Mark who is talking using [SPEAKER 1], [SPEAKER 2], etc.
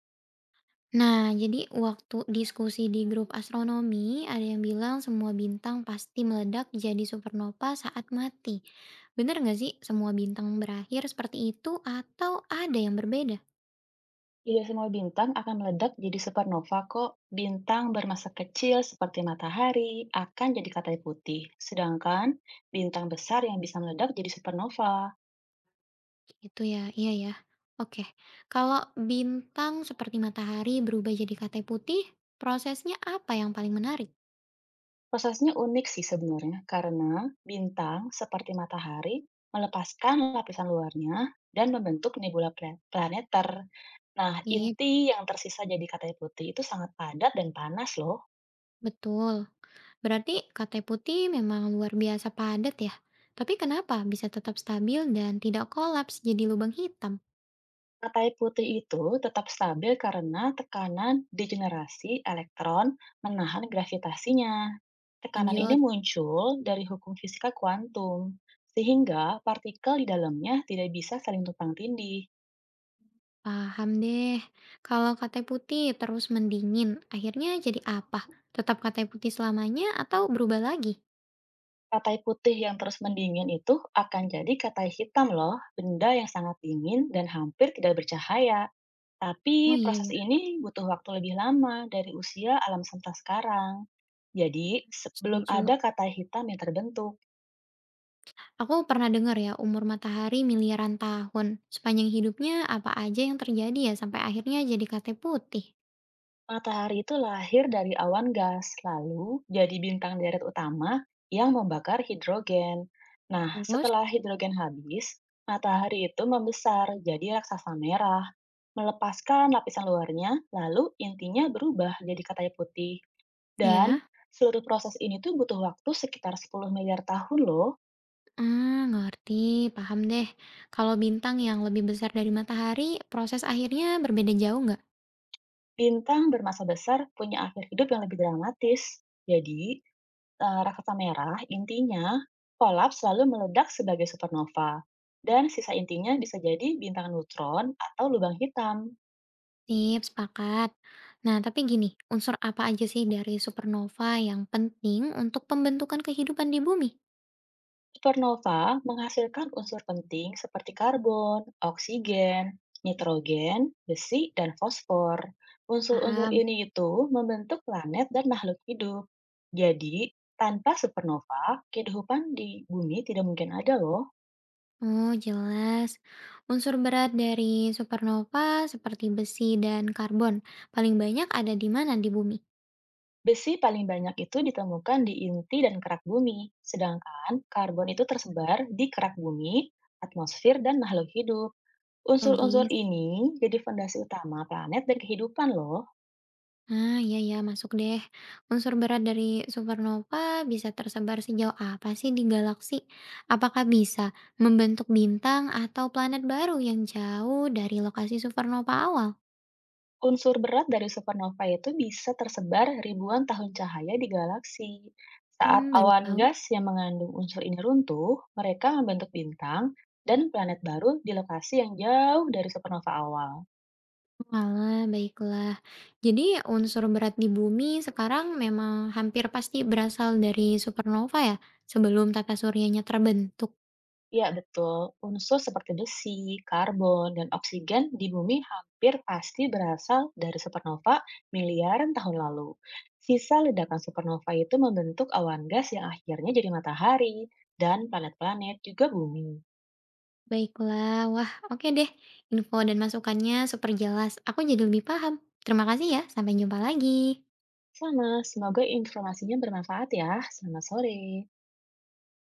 [SPEAKER 1] Nah, jadi waktu diskusi di grup astronomi, ada yang bilang semua bintang pasti meledak jadi supernova saat mati. Bener nggak sih semua bintang berakhir seperti itu atau ada yang berbeda?
[SPEAKER 2] Tidak semua bintang akan meledak jadi supernova kok. Bintang bermasa kecil seperti matahari akan jadi katai putih, sedangkan bintang besar yang bisa meledak jadi supernova.
[SPEAKER 1] Itu ya, iya ya. Oke, kalau bintang seperti matahari berubah jadi katai putih, prosesnya apa yang paling menarik?
[SPEAKER 2] Prosesnya unik sih sebenarnya karena bintang seperti matahari melepaskan lapisan luarnya dan membentuk nebula planeter. Nah,
[SPEAKER 1] Sip,
[SPEAKER 2] inti yang tersisa jadi katai putih itu sangat padat dan panas loh.
[SPEAKER 1] betul. Berarti katai putih memang luar biasa padat ya. Tapi kenapa bisa tetap stabil dan tidak kolaps jadi lubang hitam?
[SPEAKER 2] Partai Putih itu tetap stabil karena tekanan degenerasi elektron menahan gravitasinya. Tekanan ini
[SPEAKER 1] Lanjut,
[SPEAKER 2] muncul dari hukum fisika kuantum, sehingga partikel di dalamnya tidak bisa saling tumpang tindih.
[SPEAKER 1] paham deh. Kalau katai putih terus mendingin, akhirnya jadi apa? Tetap katai putih selamanya atau berubah lagi?
[SPEAKER 2] Partai putih yang terus mendingin itu akan jadi katai hitam loh, benda yang sangat dingin dan hampir tidak bercahaya. Tapi
[SPEAKER 1] Oh iya
[SPEAKER 2] proses
[SPEAKER 1] ya,
[SPEAKER 2] ini butuh waktu lebih lama dari usia alam semesta sekarang. Jadi, sebelum
[SPEAKER 1] setuju.
[SPEAKER 2] ada katai hitam yang terbentuk.
[SPEAKER 1] Aku pernah dengar ya umur matahari miliaran tahun. Sepanjang hidupnya apa aja yang terjadi ya sampai akhirnya jadi katai putih.
[SPEAKER 2] Matahari itu lahir dari awan gas, lalu jadi bintang deret utama yang membakar hidrogen. Nah,
[SPEAKER 1] Terus,
[SPEAKER 2] setelah hidrogen habis, matahari itu membesar jadi raksasa merah, melepaskan lapisan luarnya, lalu intinya berubah jadi katanya putih. Dan
[SPEAKER 1] ya,
[SPEAKER 2] seluruh proses ini tuh butuh waktu sekitar 10 miliar tahun loh.
[SPEAKER 1] ah, ngerti, paham deh. Kalau bintang yang lebih besar dari matahari, proses akhirnya berbeda jauh nggak?
[SPEAKER 2] Bintang bermasa besar punya akhir hidup yang lebih dramatis. Jadi, raksasa merah, intinya kolaps selalu meledak sebagai supernova. Dan sisa intinya bisa jadi bintang neutron atau lubang hitam.
[SPEAKER 1] Sip, sepakat. Nah, tapi gini, unsur apa aja sih dari supernova yang penting untuk pembentukan kehidupan di bumi?
[SPEAKER 2] Supernova menghasilkan unsur penting seperti karbon, oksigen, nitrogen, besi, dan fosfor. Unsur-unsur
[SPEAKER 1] Paham?
[SPEAKER 2] ini itu membentuk planet dan makhluk hidup. Jadi, tanpa supernova, kehidupan di bumi tidak mungkin ada loh.
[SPEAKER 1] Oh, jelas. Unsur berat dari supernova seperti besi dan karbon paling banyak ada di mana di bumi?
[SPEAKER 2] Besi paling banyak itu ditemukan di inti dan kerak bumi, sedangkan karbon itu tersebar di kerak bumi, atmosfer, dan makhluk hidup. Unsur-unsur
[SPEAKER 1] Logis.
[SPEAKER 2] ini jadi fondasi utama planet dan kehidupan loh.
[SPEAKER 1] Ah, iya ya, masuk deh. Unsur berat dari supernova bisa tersebar sejauh apa sih di galaksi? Apakah bisa membentuk bintang atau planet baru yang jauh dari lokasi supernova awal?
[SPEAKER 2] Unsur berat dari supernova itu bisa tersebar ribuan tahun cahaya di galaksi. Saat
[SPEAKER 1] Baru
[SPEAKER 2] awan
[SPEAKER 1] tahu.
[SPEAKER 2] gas yang mengandung unsur ini runtuh, mereka membentuk bintang dan planet baru di lokasi yang jauh dari supernova awal.
[SPEAKER 1] Oalah, baiklah. Jadi unsur berat di bumi sekarang memang hampir pasti berasal dari supernova ya, sebelum tata suryanya terbentuk?
[SPEAKER 2] Ya betul. Unsur seperti besi, karbon, dan oksigen di bumi hampir pasti berasal dari supernova miliaran tahun lalu. Sisa ledakan supernova itu membentuk awan gas yang akhirnya jadi matahari dan planet-planet juga bumi.
[SPEAKER 1] Baiklah. Wah, oke deh. Info dan masukannya super jelas. Aku jadi lebih paham. Terima kasih ya, sampai jumpa lagi.
[SPEAKER 2] Sama, semoga informasinya bermanfaat ya. Selamat sore.